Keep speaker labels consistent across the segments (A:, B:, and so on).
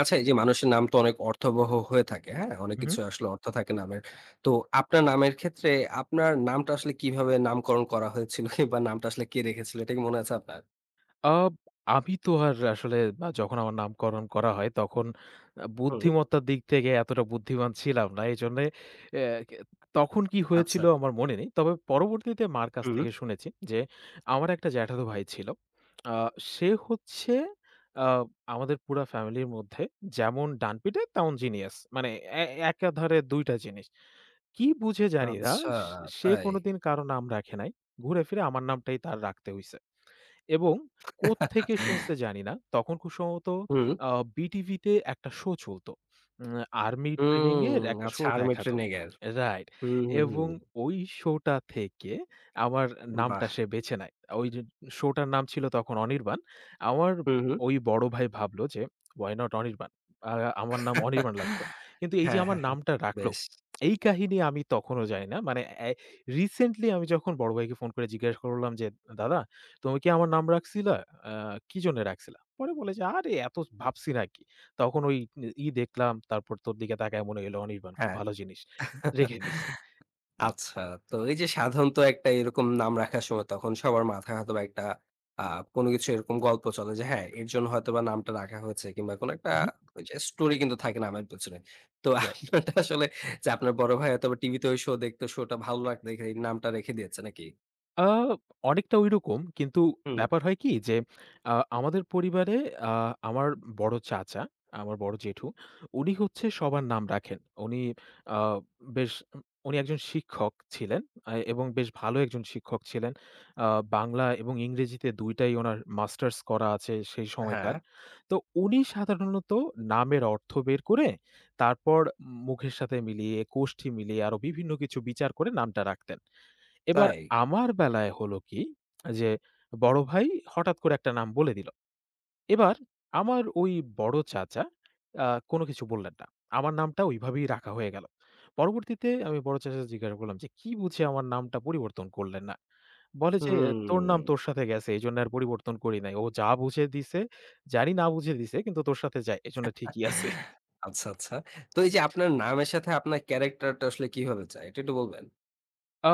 A: আচ্ছা, এই যে মানুষের নাম তো অনেক অর্থবহ হয়ে থাকে, হ্যাঁ? অনেক
B: হুম, হুম।
A: কিছু আসলে অর্থ থাকে নামের। তো আপনার নামের ক্ষেত্রে আপনার নামটা আসলে কিভাবে নামকরণ করা হয়েছিল কিংবা নামটা আসলে কে রেখেছিল? এটা কি মনে আছে আপনার?
B: আব আমি তো আর আসলে যখন আমার নামকরণ করা হয় তখন
A: হুম,
B: বুদ্ধিমত্তার দিক থেকে এতটা বুদ্ধিমান ছিলাম না। এজন্যে অ্যা কে তখন কি
A: আচ্ছা।
B: হয়েছিল আমার মনে নেই। তবে পরবর্তীতে মার কাছ
A: হুম,
B: থেকে শুনেছি যে, আমার একটা জ্যাঠাতো ভাই ছিল। আ সে হচ্ছে আ আমাদের পুরা ফ্যামিলির মধ্যে যেমন ডানপিঠে তেমন জিনিয়াস। মানে এ একাধারে ২ টা জিনিস। কি বুঝে জানি না
A: আচ্ছা
B: সে সে
A: তাই।
B: কোনোদিন কারো নাম রাখে নাই। ঘুরে ফিরে আমার নামটাই তার রাখতে হইছে। এবং কোত্থেকে শুনছে জানি না। তখন খুব সম্ভবত
A: হুম,
B: আ বিটিভিতে একটা শো চলত। উম আর্মি ট্রেনিং
A: হুম,
B: এর একটা শো
A: আচ্ছা আর্মি
B: দেখাতো।
A: ট্রেনিংয়ের।
B: রাইট।
A: হুম, হুম, হুম।
B: এবং ওই শোটা থেকে আমার নামটা
A: বাহ!
B: সে বেছে নেয়। ওই যে শোটার নাম ছিল তখন অনির্বাণ। আমার
A: হুম, হুম।
B: ওই বড় ভাই ভাবল যে why not অনির্বাণ? আ আমার নাম অনির্বাণ লাগতো। কিন্তু এই যে
A: হ্যাঁ,
B: আমার
A: হ্যাঁ, হ্যাঁ।
B: নামটা রাখলো,
A: বেশ।
B: এই কাহিনী আমি তখনো জানি না। মানে এ রিসেন্টলি আমি যখন বড় ভাইকে ফোন করে জিজ্ঞাসা করলাম যে, "দাদা তুমি কি আমার নাম রাখছিলা? আ কি জন্যে রাখছিলা?" পরে বলে যে, "আরে এত ভাবছি নাকি?" তখন ওই দেখলাম, তারপর তোর দিকে তাকায় মনে হইলো অনির্বাণ খুব
A: হ্যাঁ।
B: ভালো জিনিস। রেখে দিছি।
A: আচ্ছা। তো এই যে সাধারণত একটা এরকম নাম রাখার সময় তখন সবার মাথায় হয়তোবা একটা আ কোনো কিছু এরকম গল্প চলে যে হ্যাঁ, এর জন্য হয়তোবা নামটা রাখা হয়েছে কিংবা কোনো একটা
B: উহু।
A: ওই যে স্টোরি কিন্তু থাকে নামের পেছনে। তো আপনারটা আসলে যে আপনার বড় ভাই হয়তোবা টিভিতে ওই শো দেখতো, শোটা ভালো লাগতো দেখে এই নামটা রেখে দিয়েছে নাকি?
B: আ অনেকটা ঐরকম। কিন্তু
A: হুম,
B: ব্যাপার হয় কি যে আ আমাদের পরিবারে আ আমার বড় চাচা, আমার বড় জেঠু উনি হচ্ছে সবার নাম রাখেন। উনি আ বেশ উনি একজন শিক্ষক ছিলেন এবং বেশ ভালো একজন শিক্ষক ছিলেন। আ বাংলা এবং ইংরেজিতে ২ টাই উনার মাস্টার্স করা আছে সেই
A: হ্যাঁ,
B: সময়কার। তো উনি সাধারণত নামের অর্থ বের করে তারপর মুখের সাথে মিলিয়ে, কোষ্ঠী মিলিয়ে আরো বিভিন্ন কিছু বিচার করে নামটা রাখতেন। এবার
A: তাই?
B: আমার বেলায় হলো কি যে, বড় ভাই হঠাৎ করে একটা নাম বলে দিল। এবার আমার ওই বড় চাচা আ কোনো কিছু বললেন না। আমার নামটা ওইভাবেই রাখা হয়ে গেল। পরবর্তীতে আমি বড় চাচাকে জিজ্ঞাসা করলাম যে, "কি বুঝে আমার নামটা পরিবর্তন করলেন না?" বলে যে, "তোর
A: হুম।
B: নাম তোর সাথে গেছে। এজন্য আর পরিবর্তন করি নাই। ও যা বুঝে দিছে, জানি না বুঝে দিছে কিন্তু তোর সাথে যায়। এজন্য ঠিকই আছে।"
A: আচ্ছা, আচ্ছা। তো এই যে আপনার নামের সাথে আপনার ক্যারাক্টারটা আসলে কিভাবে যায়? এটা একটু বলবেন?
B: আ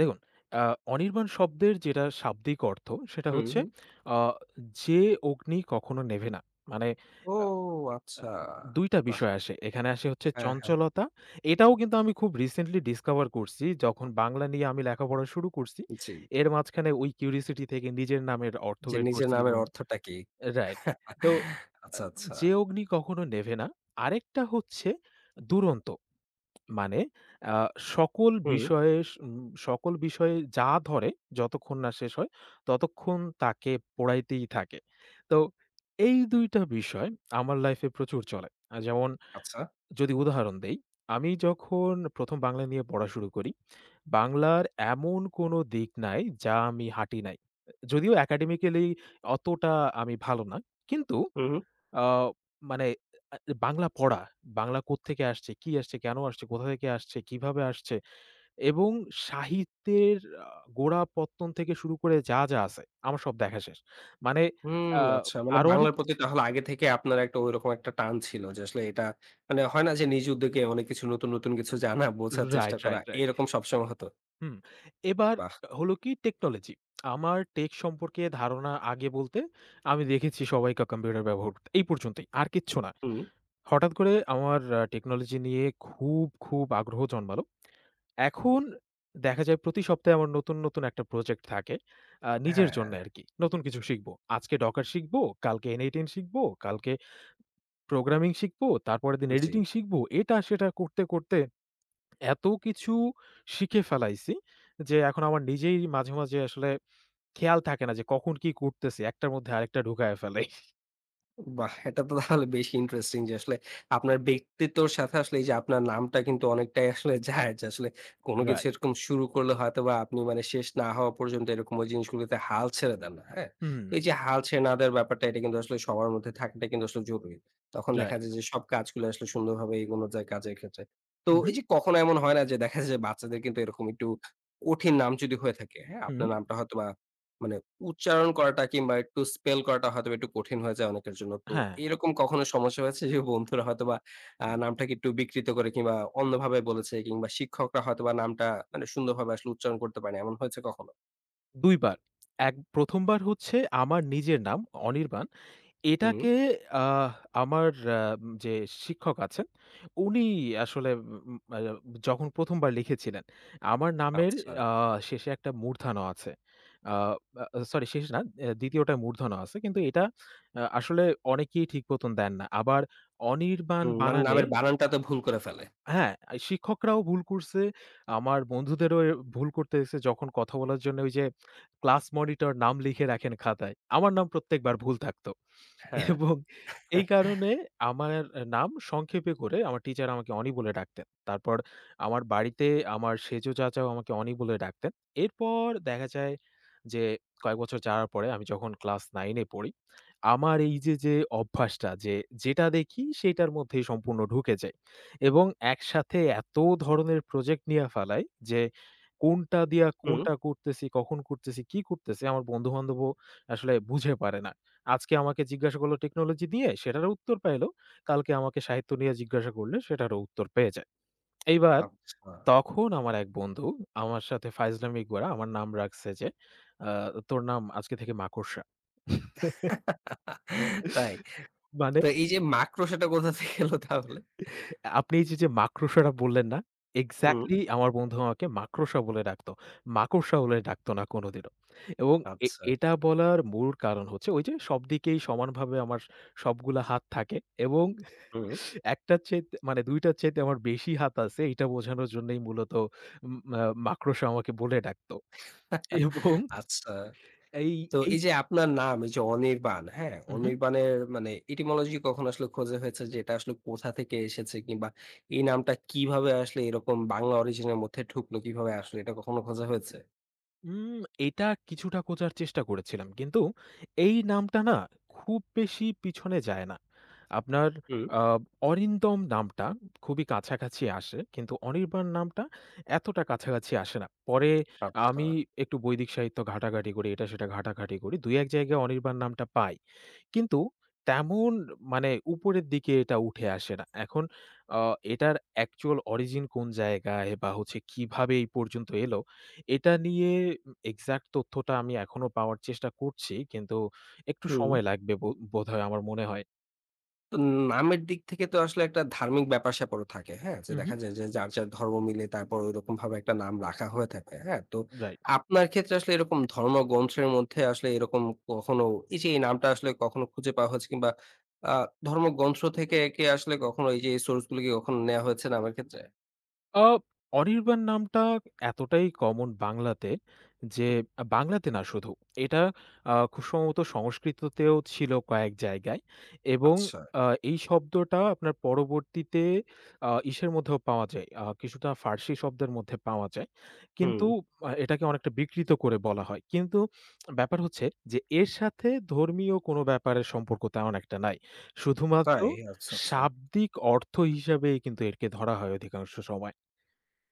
B: দেখুন, আ অনির্বাণ শব্দের যেটা শাব্দিক অর্থ সেটা
A: হুম,
B: হচ্ছে
A: হুম।
B: আ যে অগ্নি কখনো নেভে না। মানে
A: ও
B: আ
A: আচ্ছা।
B: ২ টা
A: বাহ!
B: বিষয় আসে। এখানে আসে হচ্ছে
A: হ্যাঁ, হ্যাঁ।
B: চঞ্চলতা। এটাও কিন্তু আমি খুব রিসেন্টলি ডিসকভার করছি। যখন বাংলা নিয়ে আমি লেখাপড়া শুরু করছি,
A: জি।
B: এর মাঝখানে ওই কিউরিওসিটি থেকে নিজের নামের অর্থ
A: যে
B: বের
A: নিজের
B: করছি
A: নামের
B: এবং
A: অর্থটা কি?
B: রাইট। তো আ
A: আচ্ছা, আচ্ছা।
B: যে অগ্নি কখনো নেভে না। আরেকটা হচ্ছে দুরন্ত। মানে আ সকল
A: হুম,
B: বিষয়ে স উম সকল বিষয়ে যা ধরে যতক্ষণ না শেষ হয়, ততক্ষণ তাকে পোড়াইতেই থাকে। তো এই ২ টা বিষয় আমার লাইফে প্রচুর চলে। যেমন
A: আচ্ছা।
B: যদি উদাহরণ দেই, আমি যখন ১ম বাংলা নিয়ে পড়া শুরু করি, বাংলার এমন কোনো দিক নাই যা আমি হাঁটি নাই। যদিও একাডেমিক্যালি অতটা আমি ভালো না। কিন্তু
A: হুম, হুম।
B: আ মানে আ বাংলা পড়া, বাংলা কোত্থেকে আসছে, কি আসছে, কেন আসছে, কোথা থেকে আসছে, কিভাবে আসছে এবং সাহিত্যের আ গোড়াপত্তন থেকে শুরু করে যা, যা আছে আমার সব দেখা শেষ। মানে
A: হুম,
B: আ
A: আচ্ছা। মানে
B: আরো অনেক
A: বাংলার প্রতি
B: কিছু।
A: তাহলে আগে থেকে আপনার একটা ঐরকম একটা টান ছিল যে আসলে এটা মানে হয় না যে নিজ উদ্যোগে অনেক কিছু নতুন, নতুন কিছু জানা, বোঝার চেষ্টা
B: রাইট,
A: করা
B: রাইট, রাইট।
A: এরকম সবসময় হতো।
B: হুম। এবার
A: বাহ!
B: হলো কি টেকনোলজি। আমার টেক সম্পর্কে ধারণা আগে বলতে আমি দেখেছি সবাইকে কম্পিউটার ব্যবহার করতে। এই পর্যন্তই। আর কিচ্ছু না।
A: হুম।
B: হঠাৎ করে আমার টেকনোলজি নিয়ে খুব, খুব আগ্রহ জন্মালো। এখন দেখা যায় প্রতি সপ্তাহে আমার নতুন, নতুন একটা প্রজেক্ট থাকে। নিজের
A: হ্যাঁ,
B: জন্যে আরকি। নতুন কিছু শিখব। আজকে Docker শিখব, কালকে n8n শিখব, কালকে প্রোগ্রামিং শিখব, তারপরের দিন
A: জি।
B: এডিটিং শিখব। এটা সেটা করতে, করতে এত কিছু শিখে ফেলাইছি যে এখন আমার নিজেই মাঝে, মাঝে আসলে খেয়াল থাকে না যে কখন কি করতেছি। একটার মধ্যে আরেকটা ঢুকায়া ফেলাই।
A: বাহ! এটা তো তাহলে বেশ ইন্টারেস্টিং যে আসলে আপনার ব্যক্তিত্বর সাথে আসলে এই যে আপনার নামটা কিন্তু অনেকটাই আসলে যায় যে আসলে কোন কিছু
B: রাইট।
A: এরকম শুরু করলে হয়তোবা আপনি মানে শেষ না হওয়া পর্যন্ত এরকম ওই জিনিসগুলোতে হাল ছেড়ে দেন না। হ্যাঁ?
B: হুম,
A: তো এই যে হাল ছেড়ে না দেওয়ার ব্যাপারটা এটা কিন্তু আসলে সবার মধ্যে থাকাটা কিন্তু আসলে জরুরি। তখন দেখা
B: রাইট।
A: যায় যে সব কাজগুলো আসলে সুন্দরভাবে এগোনো যায় কাজের ক্ষেত্রে। তো
B: উহু,
A: এই যে কখনো এমন হয় না যে দেখা যায় যে বাচ্চাদের কিন্তু এরকম একটু কঠিন নাম যদি হয়ে থাকে, হ্যাঁ?
B: হুম।
A: আপনার নামটা হয়তোবা মানে উচ্চারণ করাটা কিংবা একটু স্পেল করাটা হয়তোবা একটু কঠিন হয়ে যায় অনেকের জন্য। তো
B: হ্যাঁ,
A: এরকম কখনো সমস্যা হয়েছে যে বন্ধুরা হয়তোবা নামটাকে একটু বিকৃত করে কিংবা অন্যভাবে বলেছে কিংবা শিক্ষকরা হয়তোবা নামটা মানে সুন্দরভাবে আসলে উচ্চারণ করতে পারেনি। এমন হয়েছে কখনো?
B: ২ বার। এক ১ম বার হচ্ছে আমার নিজের নাম অনির্বাণ।
A: হুম,
B: এটাকে আহ আমার আ যে শিক্ষক আছেন, উনি আসলে উম আ যখন ১ম বার লিখেছিলেন, আমার নামের
A: আচ্ছা।
B: আ শেষে একটা মূর্ধন্য আছে। আ আ সরি শেষ না, ২য় টায় মূর্ধন্য আছে। কিন্তু এটা আসলে অনেকেই ঠিক মতন দেন না। আবার অনির্বাণ
A: হুম, মানে
B: বানানে
A: নামের বানানটাতে ভুল করে ফেলে।
B: হ্যাঁ, শিক্ষকরাও ভুল করছে। আমার বন্ধুদেরও ভুল করতে দেখছি যখন কথা বলার জন্য ওই যে ক্লাস মনিটর নাম লিখে রাখেন খাতায়। আমার নাম প্রত্যেকবার ভুল থাকত।
A: হ্যাঁ।
B: এবং এই কারণে আমার নাম সংক্ষেপে করে আমার টিচার আমাকে অনি বলে ডাকতেন। তারপর আমার বাড়িতে আমার সেজো চাচাও আমাকে অনি বলে ডাকতেন। এরপর দেখা যায় যে কয়েক বছর যাওয়ার পরে আমি যখন ক্লাস 9 এ পড়ি, আমার এই যে, যে অভ্যাসটা যে যেটা দেখি সেটার মধ্যেই সম্পূর্ণ ঢুকে যাই এবং একসাথে এত ধরনের প্রজেক্ট নিয়ে ফেলাই যে কোনটা দিয়া
A: হুম,
B: কোনটা করতেছি, কখন করতেছি, কি করতেছি আমার বন্ধু-বান্ধবও আসলে বুঝে পারে না। আজকে আমাকে জিজ্ঞাসা করল টেকনোলজি দিয়ে, সেটারও উত্তর পাইল। কালকে আমাকে সাহিত্য নিয়ে জিজ্ঞাসা করলে সেটারও উত্তর পেয়ে যায়। এইবার
A: আচ্ছা।
B: তখন আমার এক বন্ধু আমার সাথে ফাইজলামি কইরা আমার নাম রাখছে যে, আ "তোর নাম আজকে থেকে মাকড়সা।"
A: তাই।
B: মানে
A: তো এই যে মাকড়সাটা কোথা থেকে এলো তাহলে?
B: আপনি এই যে, যে মাকড়সাটা বললেন না?
A: হুম,
B: এক্সাক্টলি আমার বন্ধু আমাকে মাকড়সা বলে ডাকতো। মাকড়সা বলে ডাকতো না কোনোদিনও। এবং এ
A: আচ্ছা।
B: এটা বলার মূল কারণ হচ্ছে ওই যে, সব দিকেই সমানভাবে আমার সবগুলা হাত থাকে এবং
A: হুম,
B: একটার চাইতে মানে ২ টার চাইতে আমার বেশি হাত আছে এটা বোঝানোর জন্যই মূলত উম আ মাকড়সা আমাকে বলে ডাকতো। এবং
A: আচ্ছা।
B: এই
A: তো
B: এই
A: এই যে আপনার নাম এই যে অনির্বাণ, হ্যাঁ?
B: উহু,
A: অনির্বাণের মানে etymology কখনো আসলে খোঁজা হয়েছে যে এটা আসলে কোথা থেকে এসেছে কিংবা এই নামটা কিভাবে আসলে এরকম বাংলা অরিজিন এর মধ্যে ঢুকলো? কিভাবে আসলে এটা কখনো খোঁজা হয়েছে?
B: উম এটা কিছুটা খোঁজার চেষ্টা করেছিলাম। কিন্তু এই নামটা না খুব বেশি পিছনে যায় না। আপনার
A: হুম।
B: আ অরিন্দম নামটা খুবই কাছাকাছি আসে। কিন্তু অনির্বাণ নামটা এতটা কাছাকাছি আসে না। পরে
A: আচ্ছা।
B: আমি একটু বৈদিক সাহিত্য ঘাটাঘাটি করি, এটা সেটা ঘাটাঘাটি করি। ২-১ জায়গায় অনির্বাণ নামটা পাই। কিন্তু তেমন মানে উপরের দিকে এটা উঠে আসে না। এখন আ এটার অ্যাকচুয়াল অরিজিন কোন জায়গায় বা হচ্ছে কিভাবে এই পর্যন্ত এলো, এটা নিয়ে এক্সাক্ট তথ্যটা আমি এখনো পাওয়ার চেষ্টা করছি। কিন্তু একটু
A: হুম।
B: সময় লাগবে বোধহয় আমার মনে হয়।
A: তো নামের দিক থেকে তো আসলে একটা ধার্মিক ব্যাপার-স্যাপারও থাকে, হ্যাঁ? যে
B: উহু,
A: দেখা যায় যে যার, যার ধর্ম মিলে তারপর ওইরকমভাবে একটা নাম রাখা হয়ে থাকে, হ্যাঁ? তো
B: রাইট।
A: আপনার ক্ষেত্রে আসলে এরকম ধর্মগ্রন্থের মধ্যে আসলে এরকম কখনো এই যে এই নামটা আসলে কখনো খুঁজে পাওয়া হয়েছে কিংবা আ ধর্মগ্রন্থ থেকে কি আসলে কখনো এই যে এই সোর্স গুলো কি কখনো নেয়া হয়েছে নামের ক্ষেত্রে?
B: আ অনির্বাণ নামটা এতটাই কমন বাংলাতে যে
A: হুম,
B: বাংলাতে না শুধু। এটা খুব সম্ভবত সংস্কৃততেও ছিল কয়েক জায়গায় এবং
A: আচ্ছা।
B: আ এই শব্দটা আপনার পরবর্তীতে ইসের মধ্যেও পাওয়া যায়। কিছুটা ফার্সি শব্দের মধ্যে পাওয়া যায়।
A: হুম,
B: কিন্তু এটাকে অনেকটা বিকৃত করে বলা হয়। কিন্তু ব্যাপার হচ্ছে যে এর সাথে ধর্মীয় কোনো ব্যাপারের সম্পর্ক তেমন একটা নাই। শুধুমাত্র
A: তাই? আচ্ছা, আচ্ছা।
B: শাব্দিক অর্থ হিসাবেই কিন্তু একে ধরা হয় অধিকাংশ সময়।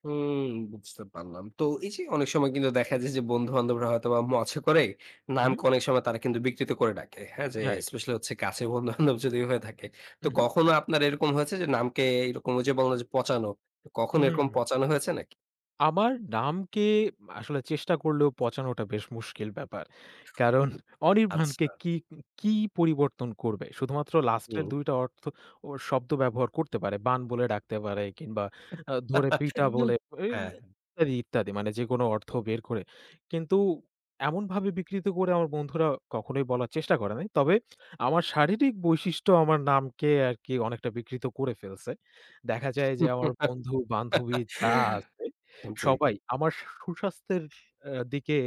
A: হুম, বুঝতে পারলাম। তো এই যে অনেক সময় কিন্তু দেখা যায় যে বন্ধু-বান্ধবরা হয়তোবা মজা করে
B: হু, হু।
A: নামকে অনেক সময় তারা কিন্তু বিকৃত করে ডাকে। হ্যাঁ? যে
B: রাইট।
A: স্পেশালি হচ্ছে কাছের বন্ধু-বান্ধব যদি হয়ে থাকে। তো
B: হু, হু।
A: কখনো আপনার এরকম হয়েছে যে নামকে এরকম ওই যে বললেন যে পচানো। তো কখনো
B: হুম।
A: এরকম পচানো হয়েছে নাকি?
B: আমার নামকে আসলে চেষ্টা করলেও পচানোটা বেশ মুশকিল ব্যাপার। কারণ অনির্বাণকে
A: আচ্ছা।
B: কি পরিবর্তন করবে? শুধুমাত্র লাস্টের
A: হুম।
B: ২ টা অর্থ ও শব্দ ব্যবহার করতে পারে। বান বলে ডাকতে পারে কিংবা ধরে পিটা বলে এই
A: হ্যাঁ।
B: ইত্যাদি, ইত্যাদি মানে যেকোনো অর্থ বের করে। কিন্তু এমনভাবে বিকৃত করে আমার বন্ধুরা কখনোই বলার চেষ্টা করে নাই। তবে আমার শারীরিক বৈশিষ্ট্য আমার নামকে আরকি অনেকটা বিকৃত করে ফেলছে। দেখা যায় যে আমার বন্ধু-বান্ধবী যা আছে
A: জি।
B: সবাই আমার সুস্বাস্থ্যের দিকে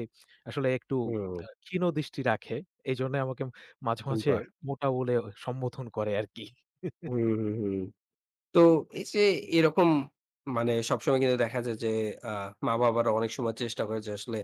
B: আসলে একটু
A: হুম।
B: ক্ষীণ দৃষ্টি রাখে। এজন্য আমাকে মাঝে, মাঝে
A: বাহ!
B: মোটা বলে সম্বোধন করে আরকি।
A: হুম, হুম, হুম। তো এই যে এরকম মানে সবসময় কিন্তু দেখা যায় যে আ মা-বাবারা অনেক সময় চেষ্টা করে যে আসলে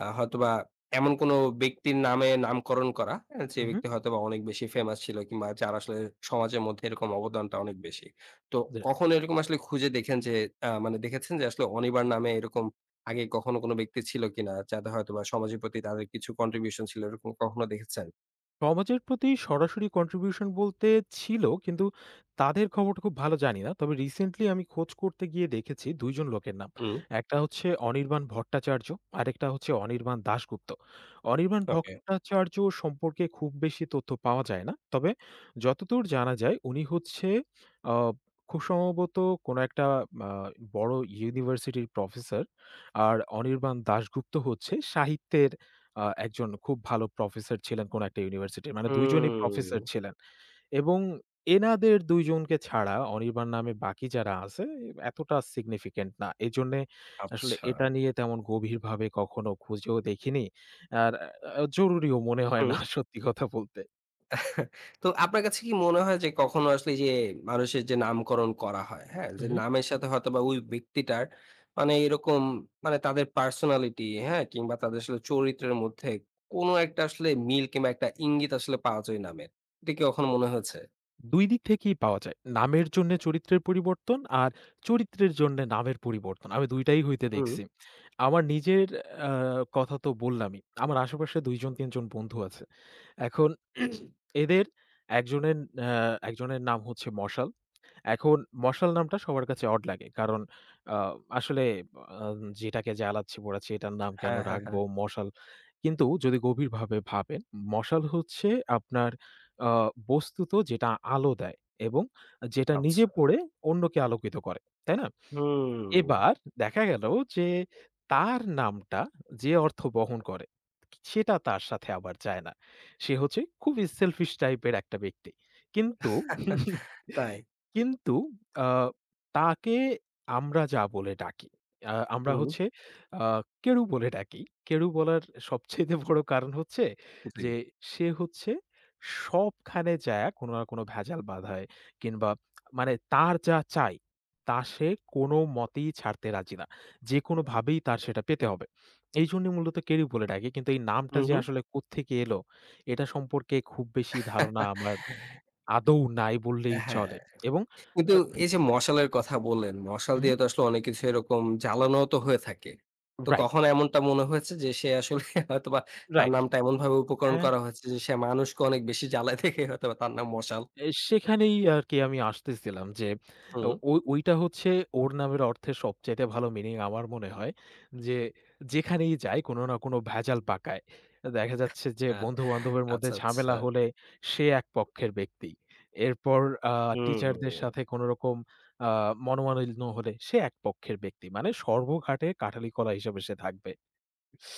A: হয়তোবা এমন কোনো ব্যক্তির নামে নামকরণ করা, যে
B: উহু।
A: ব্যক্তি হয়তোবা অনেক বেশি ফেমাস ছিল কিংবা যার আসলে সমাজের মধ্যে এরকম অবদানটা অনেক বেশি। তো কখনো এরকম আসলে খুঁজে দেখেন যে মানে দেখেছেন যে আসলে অনিবার নামে এরকম আগে কখনো কোনো ব্যক্তি ছিল কিনা? যাদের হয়তোবা সমাজের প্রতি তাদের কিছু কন্ট্রিবিউশন ছিল এরকম কখনো দেখেছেন?
B: সমাজের প্রতি সরাসরি কন্ট্রিবিউশন বলতে ছিল, কিন্তু তাদের খবরটা খুব ভালো জানি না। তবে রিসেন্টলি আমি খোঁজ করতে গিয়ে দেখেছি ২ জন লোকের নাম।
A: হুম।
B: একটা হচ্ছে অনির্বাণ ভট্টাচার্য, আরেকটা হচ্ছে অনির্বাণ দাশগুপ্ত। অনির্বাণ
A: ওকে।
B: ভট্টাচার্য সম্পর্কে খুব বেশি তথ্য পাওয়া যায় না। তবে যতদূর জানা যায় উনি হচ্ছে আ খুব সম্ভবত কোনো একটা আ বড় ইউনিভার্সিটির প্রফেসর। আর অনির্বাণ দাশগুপ্ত হচ্ছে সাহিত্যের একজন খুব ভালো প্রফেসর ছিলেন কোনো একটা ইউনিভার্সিটির। মানে ২ জনই
A: হুম।
B: প্রফেসর ছিলেন এবং এনাদের ২ জনকে ছাড়া অনির্বাণ নামে বাকি যারা আছে এতটা সিগনিফিক্যান্ট না। এজন্যে আসলে
A: আচ্ছা।
B: এটা নিয়ে তেমন গভীরভাবে কখনো খুঁজেও দেখিনি। আর জরুরিও মনে হয়
A: হুম।
B: না সত্যি কথা বলতে।
A: তো আপনার কাছে কি মনে হয় যে কখনো আসলে এই যে মানুষের যে নামকরণ করা হয়, হ্যাঁ? যে নামের সাথে হয়তোবা ওই ব্যক্তিটার মানে এরকম মানে তাদের পার্সোনালিটি, হ্যাঁ? কিংবা তাদের আসলে চরিত্রের মধ্যে কোনো একটা আসলে মিল কিংবা একটা ইঙ্গিত আসলে পাওয়া যায় ওই নামের। এটা কি কখনো মনে হয়েছে?
B: দুই দিক থেকেই পাওয়া যায়। নামের জন্যে চরিত্রের পরিবর্তন আর চরিত্রের জন্যে নামের পরিবর্তন। আমি ২ টাই হইতে
A: হুম।
B: দেখছি। আমার নিজের আ কথা তো বললামই। আমার আশেপাশে ২ জন ৩ জন বন্ধু আছে। এখন এদের একজনের আ একজনের নাম হচ্ছে মশাল। এখন মশাল নামটা সবার কাছে অড লাগে। কারণ আ আসলে আ যেটাকে জ্বালাচ্ছি, পোড়াচ্ছি এটার নাম কেন
A: হ্যাঁ, হ্যাঁ,
B: রাখবো?
A: হ্যাঁ।
B: মশাল কিন্তু যদি গভীরভাবে ভাবেন, মশাল হচ্ছে আপনার আ বস্তুত যেটা আলো দেয় এবং যেটা নিজে
A: আচ্ছা।
B: পোড়ে অন্যকে আলোকিত করে। তাই না?
A: হুম।
B: এবার দেখা গেল যে তার নামটা যে অর্থ বহন করে সেটা তার সাথে আবার যায় না। সে হচ্ছে খুব selfish টাইপের একটা ব্যক্তি। কিন্তু
A: তাই।
B: কিন্তু আ তাকে আমরা যা বলে ডাকি, আমরা
A: হুম।
B: হচ্ছে আ কেরু বলে ডাকি। কেরু বলার সবচাইতে বড় কারণ হচ্ছে
A: জি।
B: যে সে হচ্ছে সবখানে যায়া কোনো না কোনো ভেজাল বাধায় কিংবা মানে তার যা চাই তা সে কোনো মতেই ছাড়তে রাজি না। যেকোনোভাবেই তার সেটা পেতে হবে। এইজন্য মূলত কেরি বলে ডাকে। কিন্তু এই নামটা
A: হুম,
B: যে
A: হুম।
B: আসলে কোত্থেকে এলো, এটা সম্পর্কে খুব বেশি ধারণা আমার আদৌ নাই বললেই
A: হ্যাঁ।
B: চলে এবং
A: কিন্তু
B: আ
A: এই যে মশালের কথা বললেন, মশাল
B: হুম,
A: দিয়ে তো আসলে অনেক কিছু এরকম জ্বালানোও তো হয়ে থাকে। তো
B: রাইট,
A: কখনো এমনটা মনে হয়েছে যে সে আসলে হয়তোবা তার
B: রাইট।
A: নামটা এমনভাবে উপকরণ
B: হ্যাঁ।
A: করা হয়েছে যে সে মানুষকে অনেক বেশি জ্বালায় দেখে হয়তোবা তার নাম মশাল।
B: সেখানেই আরকি আমি আসতেছিলাম যে ও
A: হুম।
B: ও ওইটা হচ্ছে ওর নামের অর্থের সবচাইতে ভালো মিনিং আমার মনে হয়। যে যেখানেই যায় কোনো না কোনো ভেজাল পাকায়। দেখা যাচ্ছে যে
A: আ
B: বন্ধু-বান্ধবের মধ্যে
A: আচ্ছা, আচ্ছা।
B: ঝামেলা হলে সে এক পক্ষের ব্যক্তি। এরপর আ
A: হুম,
B: টিচারদের
A: হুম।
B: সাথে কোনোরকম আ মনোমালিন্য হলে সে এক পক্ষের ব্যক্তি। মানে সর্বঘাটে কাঠালি কলা হিসেবে সে থাকবে।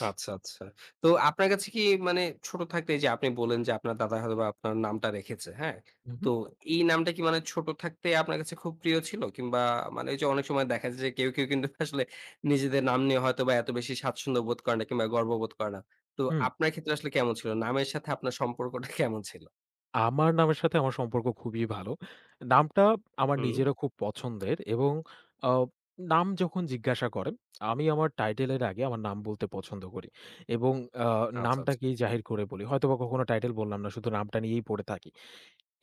A: আচ্ছা, আচ্ছা। তো আপনার কাছে কি মানে ছোট থাকতে এই যে আপনি বললেন যে আপনার দাদা হয়তোবা আপনার নামটা রেখেছে, হ্যাঁ?
B: উহু,
A: তো এই নামটা কি মানে ছোট থাকতে আপনার কাছে খুব প্রিয় ছিল? কিংবা মানে ওই যে অনেক সময় দেখা যায় যে কেউ, কেউ কিন্তু আসলে নিজেদের নাম নিয়ে হয়তোবা এত বেশি স্বাচ্ছন্দ্য বোধ করে না কিংবা গর্ববোধ করে না। তো
B: হুম।
A: আপনার ক্ষেত্রে আসলে কেমন ছিল? নামের সাথে আপনার সম্পর্কটা কেমন ছিল?
B: আমার নামের সাথে আমার সম্পর্ক খুবই ভালো। নামটা আমার
A: হুম।
B: নিজেরও খুব পছন্দের এবং আ নাম যখন জিজ্ঞাসা করে, আমি আমার টাইটেল এর আগে আমার নাম বলতে পছন্দ করি এবং আ
A: আচ্ছা, আচ্ছা।
B: নামটাকেই জাহির করে বলি। হয়তোবা কখনো টাইটেল বললাম না, শুধু নামটা নিয়েই পড়ে থাকি।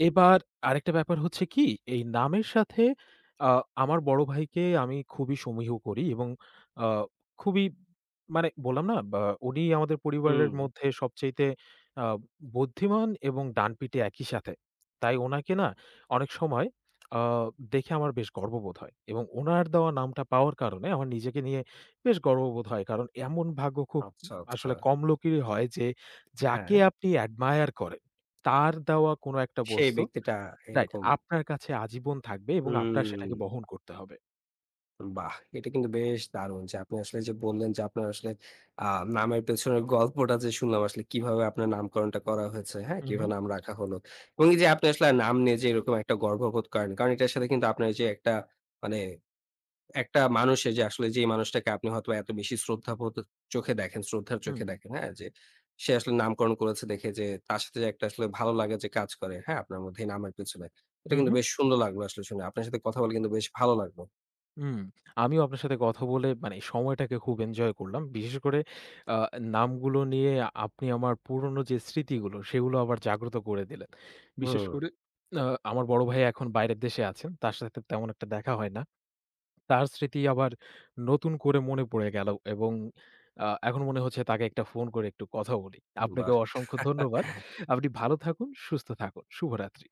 B: এবার আরেকটা ব্যাপার হচ্ছে কি, এই নামের সাথে আ আমার বড় ভাইকে আমি খুবই সমীহ করি এবং আ খুবই মানে বললাম না বা উনি আমাদের পরিবারের
A: হুম।
B: মধ্যে সবচাইতে আ বুদ্ধিমান এবং ডানপিটে একই সাথে। তাই উনাকে না অনেক সময় আ দেখে আমার বেশ গর্ববোধ হয় এবং উনার দেওয়া নামটা পাওয়ার কারণে আমার নিজেকে নিয়ে বেশ গর্ববোধ হয়। কারণ এমন ভাগ্য খুব
A: আচ্ছা, আচ্ছা।
B: আসলে কম লোকেরই হয় যে,
A: হ্যাঁ,
B: যাকে আপনি অ্যাডমায়ার করেন, তার দেওয়া কোনো একটা
A: সেই
B: বস্তু
A: ব্যক্তিটা
B: রাইট।
A: এরকম।
B: আপনার কাছে আজীবন থাকবে এবং আপনার
A: হুম।
B: সেটাকে বহন করতে হবে।
A: বাহ! এটা কিন্তু বেশ দারুণ যে আপনি আসলে যে বললেন যে আপনার আসলে আ নামের পেছনের গল্পটা যে শুনলাম আসলে কিভাবে আপনার নামকরণটা করা হয়েছে, হ্যাঁ?
B: হু, হু,
A: কিভাবে নাম রাখা হলো। এবং এই যে আপনি আসলে নাম নিয়ে যে এরকম একটা গর্ববোধ করেন। কারণ এটার সাথে কিন্তু আপনার যে একটা মানে একটা মানুষের যে আসলে যেই মানুষটাকে আপনি হয়তোবা এত বেশি শ্রদ্ধাবোধ চোখে দেখেন, শ্রদ্ধার
B: হুম,
A: চোখে দেখেন, হ্যাঁ? যে সে আসলে নামকরণ করেছে দেখে যে তার সাথে যে একটা আসলে ভালো লাগা যে কাজ করে, হ্যাঁ? আপনার মধ্যে এই নামের পেছনে। এটা
B: হু,
A: কিন্তু
B: হু,
A: বেশ সুন্দর লাগলো আসলে শুনে। আপনার সাথে কথা বলে কিন্তু বেশ ভালো লাগলো।
B: হুম। আমিও আপনার সাথে কথা বলে মানে সময়টাকে খুব এনজয় করলাম। বিশেষ করে আ নামগুলো নিয়ে আপনি আমার পুরনো যে স্মৃতিগুলো সেগুলো আবার জাগ্রত করে দিলেন। বিশেষ
A: হুম,
B: করে আ আমার বড় ভাই এখন বাইরের দেশে আছেন। তার সাথে তেমন একটা দেখা হয় না। তার স্মৃতি আবার নতুন করে মনে পড়ে গেল এবং এখন মনে হচ্ছে তাকে একটা ফোন করে একটু কথা বলি।
A: বাহ!
B: আপনাকেও অসংখ্য ধন্যবাদ। আপনি ভালো থাকুন, সুস্থ থাকুন। শুভরাত্রি।